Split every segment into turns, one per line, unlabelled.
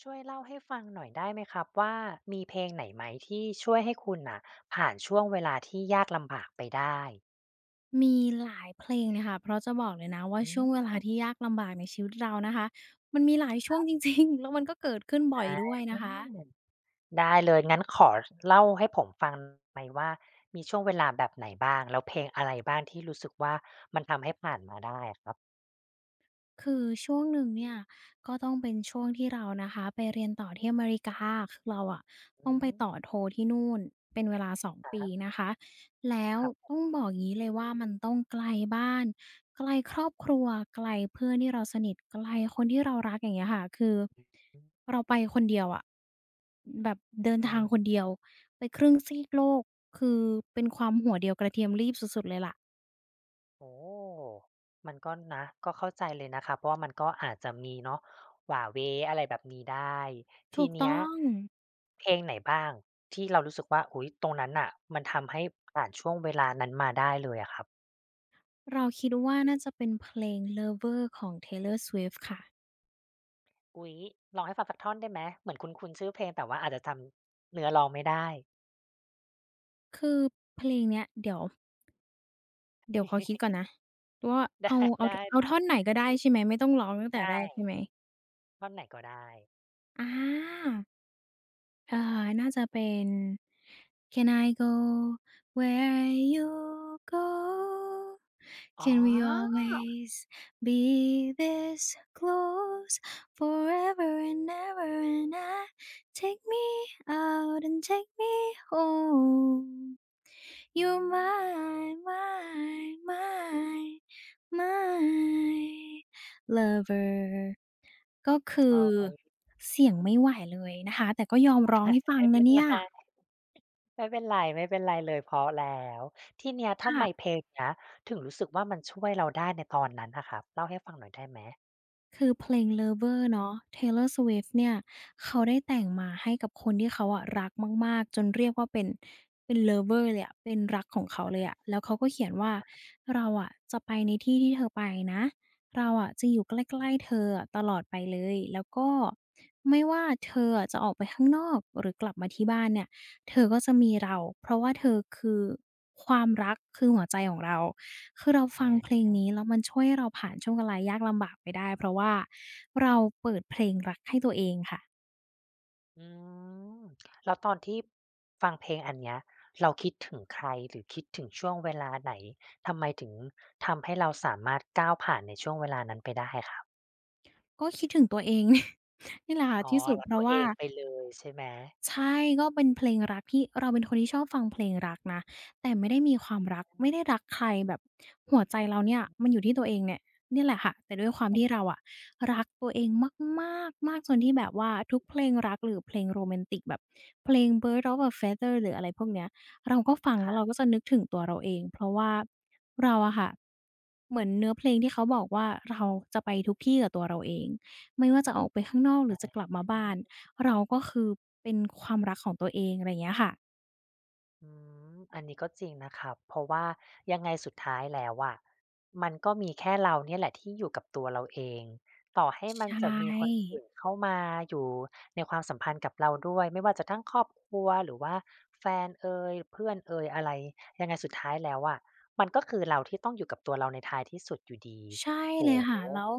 ช่วยเล่าให้ฟังหน่อยได้ไหมครับว่ามีเพลงไหนไหมที่ช่วยให้คุณน่ะผ่านช่วงเวลาที่ยากลำบากไปได้
มีหลายเพลงเลยค่ะเพราะจะบอกเลยนะว่า
อื
ช่วงเว
ม
ลาที่ยากลำบากในชีวิตเรานะคะ มันมีหลายช่วงจริงๆ แล้วมันก็เกิดขึ้นบ่อย
อา
ด้วยนะคะ
ได้เลยงั้นขอเล่าให้ผมฟังไหมว่ามีช่วงเวลาแบบไหนบ้างแล้วเพลงอะไรบ้างที่รู้สึกว่ามันทำให้ผ่านมาได้อะครับ
คือช่วงหนึ่งเนี่ยก็ต้องเป็นช่วงที่เรานะคะไปเรียนต่อที่อเมริกาคือเราอะ
อื
ต้องไป
ม
ต่อโทที่นู่นเป็นเวลาสอง
ค
ปี
รับ
นะคะแล้ว
ครับ
ต้อ
ผ
งบอกอย่างงี้เลยว่ามันต้องไกลบ้านไกลครอบครัวไกลเพื่อนที่เราสนิทไกลคนที่เรารักอย่างเงี้ยค่ะคือ
ม
เราไปคนเดียวอะแบบเดิน
อื
ทาง
ม
คนเดียวไปครึ่งซีกโลกคือเป็นความหัวเดียวกระเทียมรีบสุดๆเลยล่ะ
โอ้มันก็นะก็เข้าใจเลยนะคะ เพราะว่ามันก็อาจจะมีเนาะหว่าเหวอะไรแบบนี้ได้
ถู
ที
ก
เนี้
ต้
ย
อง
เพลงไหนบ้างที่เรารู้สึกว่าอุ๊ยตรงนั้นน่ะมันทำให้ผ่านช่วงเวลานั้นมาได้เลยอะครับ
เราคิดว่าน่าจะเป็นเพลง "Lover" ของ Taylor Swift ค่ะ
อุ๊ยร้องให้ฟังสักท่อนได้ไหมเหมือนคุ้นๆชื่อเพลงแต่ว่าอาจจะจำเนื้อร้องไม่ได้
คือเพลงเนี้ยเดี๋ยวขอคิดก่อน นะว่า
ได้
เอาเอา
ได้
เอาท่อนไหนก็ได้ใช่ไหมไม่ต้องร้องตั้งแต่
ใช่
แรกใช่ไหม
ท่อนไหนก็ได้
อา อาน่าจะเป็น Can I go where you go?
อ๋อ
Can we always be this close forever and ever? And I take me out and take me home.
อื
You're
ม
mine, mine, mine, mine. Lover ก็คือ
โอ๊ย
เสียงไม่ไหวเลยนะคะแต่ก็ยอมร้องให้ ฟัง
ไม่เป็
นะ
น
เนี่
ไร
ย
ไม่เป็นไรไม่เป็นไรเลยเพราะแล้วทีเนี้ยทำไมเพ
ค่ะ
ลงเนี้ยถึงรู้สึกว่ามันช่วยเราได้ในตอนนั้นน่ะครับเล่าให้ฟังหน่อยได้ไหม
คือเพลง "Lover" เนาะ Taylor Swift เนี่ยเขาได้แต่งมาให้กับคนที่เขาอะรักมากๆจนเรียกว่าเป็น lover เลยอะเป็นรักของเขาเลยอะ
อา
แล้วเขาก็เขียนว่าเราอะจะไปในที่ที่เธอไปนะ เราอะจะอยู่ใกล้ๆเธออะตลอดไปเลย แล้วก็ไม่ว่าเธออะจะออกไปข้างนอกหรือกลับมาที่บ้านเนี่ย เธอก็จะมีเราเพราะว่าเธอคือความรักคือหัวใจของเรา คือเราฟังเพล
อา
งนี้แล้วมันช่วยให้เราผ่านช่วงเวลายากลำบากไปได้เพราะว่าเราเปิดเพลงรักให้ตัวเองค่ะ
อืมแล้วตอนที่ฟังเพลงอันเนี้ยเราคิดถึงใครหรือคิดถึงช่วงเวลาไหนทำไมถึงทำให้เราสามารถก้าวผ่านในช่วงเวลานั้นไปได้ครับ
ก็คิดถึงตัวเอง นี่แหละค่ะ
อ๋อ
ที่สุด
รัก
เพ
ตั
ราะ
วเอ
ว่า
งไปเลยใช่ไหม
ใช่ก็เป็นเพลงรักที่เราเป็นคนที่ชอบฟังเพลงรักนะแต่ไม่ได้มีความรักไม่ได้รักใครแบบหัวใจเราเนี่ยมันอยู่ที่ตั
อื
วเองเนี่
ม
ยเนี่ยแหละค่ะแต่ด้วยความที่เราอะรักตัวเองมากๆมากจนที่แบบว่าทุกเพลงรักหรือเพลงโรแมนติกแบบเพลง Birds of a Feather หรืออะไรพวกเนี้ยเราก็ฟังแล้วเรา
ค่ะ
ก็จะนึกถึงตัวเราเองเพราะว่าเราอะค่ะเหมือนเนื้อเพลงที่เขาบอกว่าเราจะไปทุกที่กับตัวเราเองไม่ว่าจะออกไปข้างนอกหรือ
อา
จะกลับมาบ้าน เราก็คือเป็นความรักของตัวเองอะไรอย่างเงี้ยค่ะ
อืมอันนี้ก็จริงนะครับ เพราะว่ายังไงสุดท้ายแล้วอะมันก็มีแค่เราเนี่ยแหละที่อยู่กับตัวเราเอง ต่อให้มัน
ใช่
จะมีคนอื่นเข้ามาอยู่ในความสัมพันธ์กับเราด้วย ไม่ว่าจะทั้งครอบครัวหรือว่าแฟนเอยเพื่อนเอยอะไรยังไงสุดท้ายแล้วอะมันก็คือเราที่ต้องอยู่กับตัวเราในท้ายที่สุดอยู่ดี
ใช่
โอ้
เลย
โฮ
ค่ะแล้ว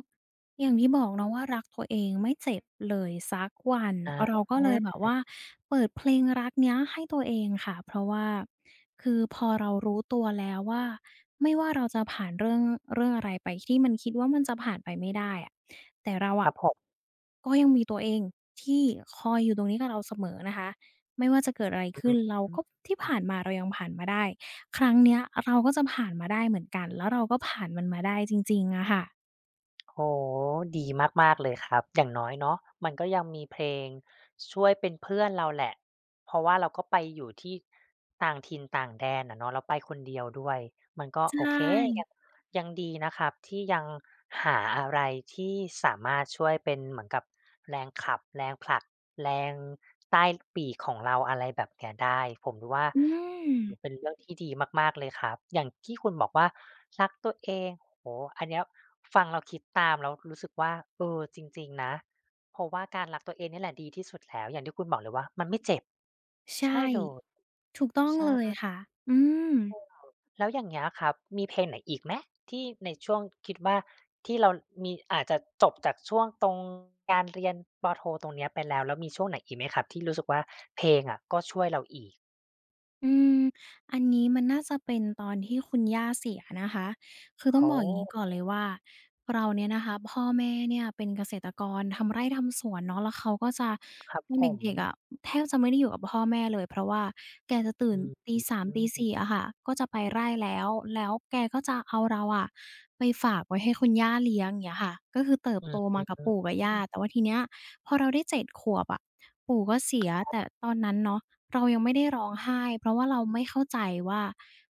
อย่างที่บอกเนาะว่ารักตัวเองไม่เจ็บเลยสักวัน
อา
เราก็เลยแบบว่าเปิดเพลงรักเนี้ยให้ตัวเองค่ะเพราะว่าคือพอเรารู้ตัวแล้วว่าไม่ว่าเราจะผ่านเรื่องอะไรไปที่มันคิดว่ามันจะผ่านไปไม่ได้อะแต่เรา
ค
อะ
รับผม
ก็ยังมีตัวเองที่คอยอยู่ตรงนี้กับเราเสมอนะคะไม่ว่าจะเกิดอะไรขึ้นเรา
อื
ก็
ม
ที่ผ่านมาเรายังผ่านมาได้ ครั้งเนี้ยเราก็จะผ่านมาได้เหมือนกันแล้วเราก็ผ่านมันมาได้จริงๆอะค่ะ
โอ้โฮดีมากๆเลยครับอย่างน้อยเนาะมันก็ยังมีเพลงช่วยเป็นเพื่อนเราแหละเพราะว่าเราก็ไปอยู่ที่ต่างถิ่นต่างแดนอะเนาะแล้วไปคนเดียวด้วยมันก็
ใช
โอเคยัง
่
ยังดีนะครับที่ยังหาอะไรที่สามารถช่วยเป็นเหมือนกับแรงขับแรงผลักแรงใต้ปีกของเราอะไรแบบเนี้ยได้ผมว่า
อืม
เป็นเรื่องที่ดีมากๆเลยครับอย่างที่คุณบอกว่ารักตัวเอง โอ้โฮอันเนี้ยฟังเราคิดตามแล้วรู้สึกว่าเออจริงๆนะเพราะว่าการรักตัวเองเนี่ยแหละดีที่สุดแล้วอย่างที่คุณบอกเลยว่ามันไม่เจ็บ
ใช่
ใช่เลย
ถูกต้องเลย
ใช่
ค่ะอืม
แล้วอย่างเงี้ยครับมีเพลงไหนอีกไหมที่ในช่วงคิดว่าที่เรามีอาจจะจบจากช่วงตรงการเรียนปโทตรงเนี้ยไปแล้วแล้วมีช่วงไหนอีกไหมครับที่รู้สึกว่าเพลงอะก็ช่วยเราอีก
อืมอันนี้มันน่าจะเป็นตอนที่คุณย่าเสียนะคะ คือต้
โอ
องบอกอย่างนี้ก่อน
้
เลยว่าเราเนี่ยนะคะพ่อแม่เนี่ยเป็นเกษตรกรทำไร่ทำสวนเนาะแล้วเขาก็จะ
ครับ
ตอน
ผม
เด็กๆอะแทบจะไม่ได้อยู่กับพ่อแม่เลยเพราะว่าแกจะตื่น
อืม
ตีสาม
อื
ตี
ม
4อะค่ะก็จะไปไร่แล้วแล้วแกก็จะเอาเราอะไปฝากไว้ให้คุณย่าเลี้ยงอย่างเงี้ยค่ะก็คือเติบ
อื
โต
อฮึ
มากับปู่กับ
อื
ย่า
อ
แต่ว่าทีเนี้ยพอเราได้7 ขวบอะปู่ก็เสียแต่ตอนนั้นเนาะ เรายังไม่ได้ร้องไห้เพราะว่าเราไม่เข้าใจว่า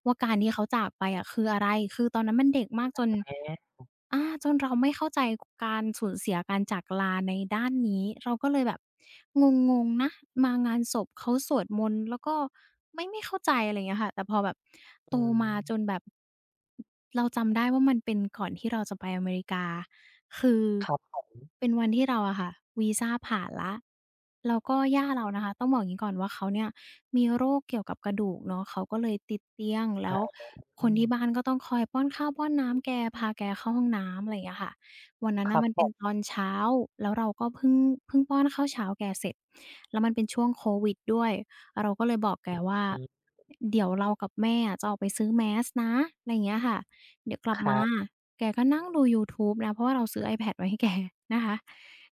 การที่เขาจากไปอะคืออะไรคือตอนนั้นมันเด็กมากจน
แฮะ
อาจนเราไม่เข้าใจการสูญเสียการจากลาในด้านนี้เราก็เลยแบบงงๆนะมางานศพเขาสวดมนต์แล้วก็ไม่เข้าใจอะไรอย่างเงี้ยค่ะแต่พอแบบโต
อื
มาจน
ม
แบบเราจำได้ว่ามันเป็นก่อนที่เราจะไปอเมริกาคือ
ครับผม
เป็นวันที่เราอะค่ะวีซาผ่านแล้วแล้วก็ย่าเรานะคะต้องบอกอย่างงี้ก่อนว่าเขาเนี่ยมีโรคเกี่ยวกับกระดูกเนาะเขาก็เลยติดเตียงแล้ว
อา
คนที่บ้านก็ต้องคอยป้อนข้าวป้อนน้ำแกพาแกเข้าห้องน้ำอะไรอย่างเงี้ยค่ะวันนั้
ค
นน่ะ
รับ
มัน
ผ
เป็นตอ
ม
นเช้าแล้วเราก็เพิ่งป้อนข้าวเช้าแกเสร็จแล้วมันเป็นช่วงโควิดด้วยเราก็เลยบอกแกว่า
อืม
เดี๋ยวเรากับแม่อะจะออกไปซื้อ mask นะอะไรอย่างเงี้ยค่ะเดี๋ยวกลั
ค
บ
รั
มา
บ
แกก็นั่งดูยูทูบนะเพราะว่าเราซื้อ iPad ไว้ให้แกนะคะ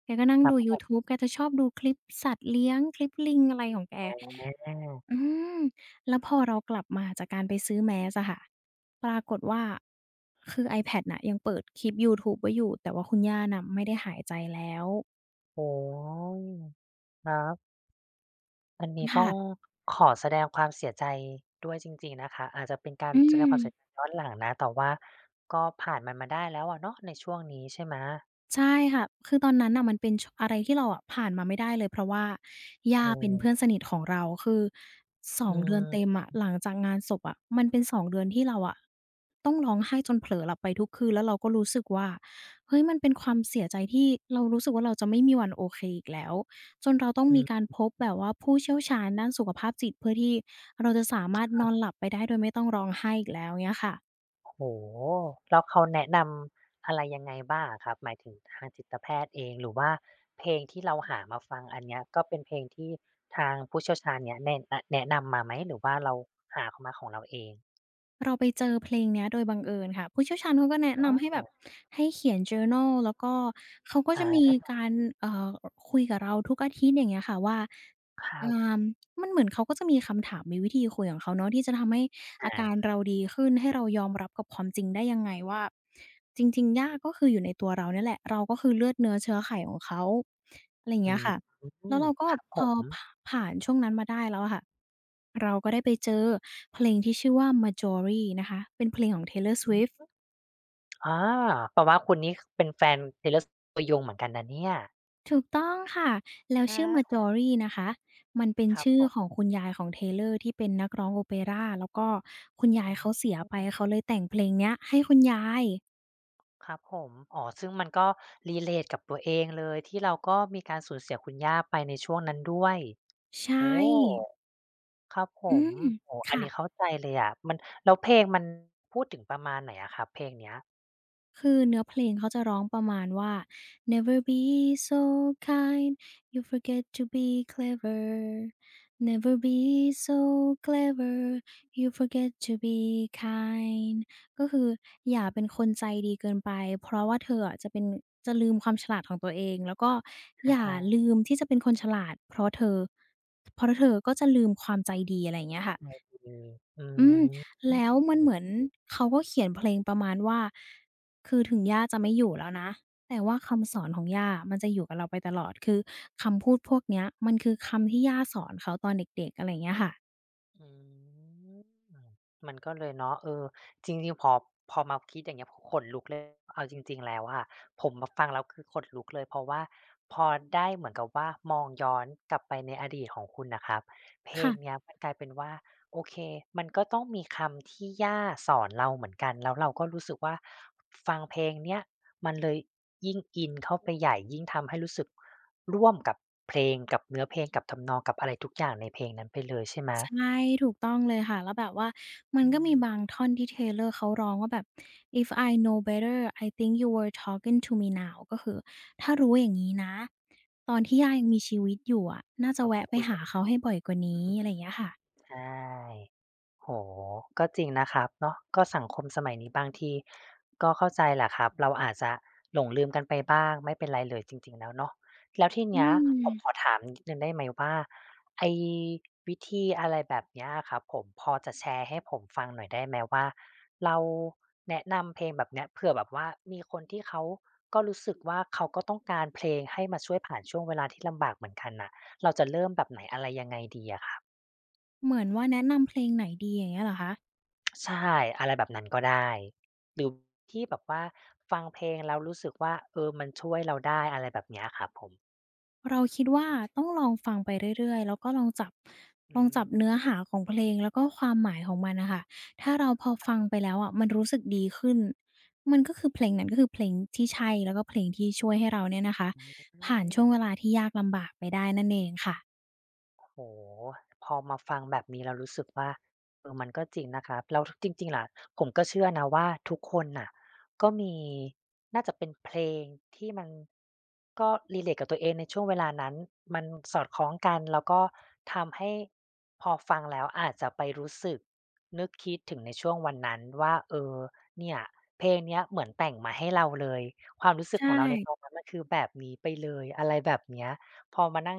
แกก็นั่ง
ครับ
ดู
ผ
ยู
ม
ทูบแกจะชอบดูคลิปสัตว์เลี้ยงคลิปลิงอะไรของแก
อา
อืมแล้วพอเรากลับมาจากการไปซื้อ mask อะค่ะปรากฏว่าคือ iPad น่ะยังเปิดคลิปยูทูบไว้อยู่แต่ว่าคุณย่าน่ะไม่ได้หายใจแล้ว
โอ้โฮครับอันนี้ต้อง
ค่ะ
ขอแสดงความเสียใจด้วยจริงๆนะคะอาจจะเป็นการ
อื
แสดง
ม
ความเสียใจย้อนหลังนะแต่ว่าก็ผ่านมันมาได้แล้วอะเนาะในช่วงนี้ใช่ไหม
ใช่ค่ะ คือตอนนั้นน่ะมันเป็นชอะไรที่เราอะผ่านมาไม่ได้เลยเพราะว่า
โอ้โ
ย่าเป็น
ฮ
เพื่อนสนิทของเราคือ
อื
2เดือนเต็ม
ม
อะหลังจากงานศพอะมันเป็น2เดือนที่เราอะต้องร้องไห้จนเผลอหลับไปทุกคืนแล้วเราก็รู้สึกว่าเฮ้ยมันเป็นความเสียใจที่เรารู้สึกว่าเราจะไม่มีวันโอเคอีกแล้วจนเราต้อง
อื
มีการ
ม
พบแบบว่าผู้เชี่ยวชาญด้านสุขภาพจิตเพื่อที่เราจะสามารถนอนหลับไปได้โดยไม่ต้องร้องไห้อีกแล้วเงี้ยค่ะ
โอ้โฮแล้วเขาแนะนำอะไรยังไงบ้างอะครับหมายถึงทางจิตแพทย์เองหรือว่าเพลงที่เราหามาฟังอันเนี้ยก็เป็นเพลงที่ทางผู้เชี่ยวชาญเนี่ยแนะนำมาไหมหรือว่าเราหามาของเราเอง
เราไปเจอเพลงเนี้ยโดยบังเอิญค่ะผู้เชี่ยวชาญเขาก็แนะ
อ
นำให้แบ
๋อ
บให้เขียน journal แล้วก็เขาก็จะมี
อา
การเอ่อคุยกับเราทุกอาทิตย์อย่างเงี้ยค่ะว่า
ครั
อ่
บ
ามันเหมือนเขาก็จะมีคำถามมีวิธีคุยของเขาเนาะที่จะทำให้อาการ
อา
เราดีขึ้นให้เรายอมรับกับความจริงได้ยังไงว่าจริงๆยากก็คืออยู่ในตัวเราเนี่ยแหละเราก็คือเลือดเนื้อเชื้อไขของเขาอะไรอย่าง
อื
เงี้ย
ม
ค่ะแล้วเราก็
ครับผ
พอ
ม
ผผ่านช่วงนั้นมาได้แล้วอะค่ะ เราก็ได้ไปเจอเพลงที่ชื่อว่า "Marjorie" นะคะ เป็นเพลงของ Taylor
อื
Swift
มอาแปลว่าคุณนี่คเป็นแฟน Taylor Swift ตัวยงเหมือนกันนะเนี่ย
ถูกต้องค่ะแล้วชื่อ
อา
"Marjorie" นะคะมันเป็น
ครับ
ชื่อ
ผม
ของคุณยายของ Taylor ที่เป็นนักร้องโอเปราแล้วก็คุณยายเขา
อา
เสียไปเขาเลยแต่งเพลงเนี้ยให้คุณยาย
ครับผม อ๋อซึ่งมันก็ relate กับตัวเองเลยที่เราก็มีการสูญเสียคุณย่าไปในช่วงนั้นด้วย
ใช
โอ้
่
ครับผ
อื
ม
ม
โอ้อัน
ค่ะ
นี้เข้าใจเลยอะมันแล้วเพลงมันพูดถึงประมาณไหนอะครับเพลงเนี้ย
คือเนื้อเพลงเขาจะร้องประมาณว่า Never be so kind you forget to be clever Never be so clever you forget to be kind ก็คืออย่าเป็นคนใจดีเกินไปเพราะว่าเธออะจะเป็นจะลืมความฉลาดของตัวเองแล้วก็อ
อะ
ย่า
ฮะ
ลืมที่จะเป็นคนฉลาดเพราะเธอเพราะเธอก็จะลืมความใจดีอะไรอย่างเงี้ยค่ะ
ไอืมอื
อืมแล้วมัน
ม
เหมือนเขาก็เขียนเพลงประมาณว่าคือถึงย่าจะไม่อยู่แล้วนะแต่ว่าคำสอนของย่ามันจะอยู่กับเราไปตลอดคือคำพูดพวกเนี้ยมันคือคำที่ย่าสอนเขาตอนเด็กๆอะไรอย่างเงี้ยค่ะ
อืมมันก็เลยเนาะเออจริงๆพอพอมาคิดอย่างเงี้ยขนลุกเลยเอาจริงๆแล้วอะผมมาฟังแล้วคือขนลุกเลยเพราะว่าพอได้เหมือนกับว่ามองย้อนกลับไปในอดีตของคุณน่ะครับเพลงเนี้
ค่ะ
ยมันกลายเป็นว่าโอเคมันก็ต้องมีคำที่ย่าสอนเราเหมือนกันแล้วเราก็รู้สึกว่าฟังเพลงเนี้ยมันเลยยิ่งอินเข้าไปใหญ่ยิ่งทำให้รู้สึกร่วมกับเพลงกับเนื้อเพลงกับทำนองกับอะไรทุกอย่างในเพลงนั้นไปเลยใช่ไหม
ใช่ถูกต้องเลยค่ะแล้วแบบว่ามัน
อื
ก็
ม
มีบางท่อนที่ Taylor เขาร้องว่าแบบ "If I know better I think you were talking to me now" ก็คือถ้ารู้อย่างงี้นะตอนที่ย่ายังมีชีวิตอยู่อะน่าจะ
เขาค
แวะ
ง
ไป
คุย
หา
กันา
เขาให้บ่อยกว่านี้อะ
อื
ไรอ
ม
ย่างเงี้ยค่ะ
ใช่โอ้โฮก็จริงนะครับเนาะก็สังคมสมัยนี้บางทีก็เข้าใจแหละครับเราอาจจะหลงลืมกันไปบ้างไม่เป็นไรเลยจริงๆแล้วเนาะแล้วที
อื
เนี้ย
ม
ผมขอถามนิดหนึ่งได้ไหมว่าไอ้วิธีอะไรแบบเนี้ยอะครับผมพอจะแชร์ให้ผมฟังหน่อยได้ไหมว่าเราแนะนำเพลงแบบเนี้ยเผื่อแบบว่ามีคนที่เขาก็รู้สึกว่าเขาก็ต้องการเพลงให้มาช่วยผ่านช่วงเวลาที่ลำบากเหมือนกันน่ะเราจะเริ่มแบบไหนอะไรยังไงดีอะครับ
เหมือนว่าแนะนำเพลงไหนดีอย่างเงี้ยเหรอคะ
ใช่อะไรแบบนั้นก็ได้หรือที่แบบว่าฟังเพลงแล้วรู้สึกว่าเออมันช่วยเราได้อะไรแบบเนี้ยครับผม
เราคิดว่าต้องลองฟังไปเรื่อยๆแล้วก็ลองจับล
อื
องจับ
ม
เนื้อหาของเพลงแล้วก็ความหมายของมันน่ะค่ะถ้าเราพอฟังไปแล้วอะมันรู้สึกดีขึ้น มันก็คือเพลงนั้นก็คือเพลงที่ใช่แล้วก็เพลงที่ช่วยให้เราเนี่ยนะคะผ่านช่วงเวลาที่ยากลำบากไปได้นั่นเองค่ะ
โอ้โฮพอมาฟังแบบนี้แล้วรู้สึกว่าเออมันก็จริงนะครับแล้วทจริงๆล่ะผมก็เชื่อนะว่าทุกคนน่ะก็มีน่าจะเป็นเพลงที่มันก็ relate กับตัวเองในช่วงเวลานั้น มันสอดคล้องกันแล้วก็ทำให้พอฟังแล้วอาจจะไปรู้สึกนึกคิดถึงในช่วงวันนั้นว่าเออเนี่ยเพลงเนี้ยเหมือนแต่งมาให้เราเลยความรู้สึ
ใช
กของเราในตอน
่
นั้นมันคือแบบนี้ไปเลยอะไรแบบเนี้ย พอมานั่ง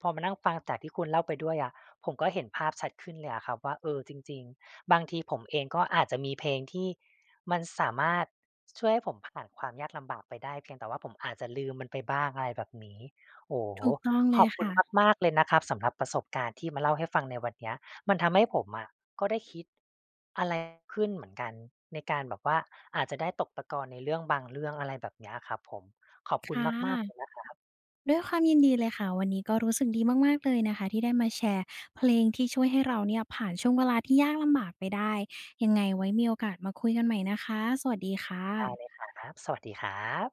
พอมานั่งฟังจากที่คุณเล่าไปด้วยอะผมก็เห็นภาพชัดขึ้นเลยอะครับว่าเออจริงๆบางทีผมเองก็อาจจะมีเพลงที่มันสามารถช่วยให้ผมผ่านความยากลำบากไปได้เพียงแต่ว่าผมอาจจะลืมมันไปบ้างอะไรแบบนี้โอ้โฮ
ถูกต้องเล
ขอ
ย
บคุณ
ค่ะ
มากๆเลยนะครับสำหรับประสบการณ์ที่มาเล่าให้ฟังในวันเนี้ยมันทำให้ผมอะก็ได้คิดอะไรขึ้นเหมือนกันในการแบบว่าอาจจะได้ตกตะกอนในเรื่องบางเรื่องอะไรแบบเนี้ยครับผมขอบคุณ
ค่
มากๆเลย
ะ
นะ
ด้วยความยินดีเลยค่ะวันนี้ก็รู้สึกดีมากๆเลยนะคะที่ได้มาแชร์เพลงที่ช่วยให้เราเนี่ยผ่านช่วงเวลาที่ยากลำบากไปได้ยังไงไว้มีโอกาสมาคุยกันใหม่นะคะสวัสดีค
ได้เล
่ะ
ยครับสวัสดีครับ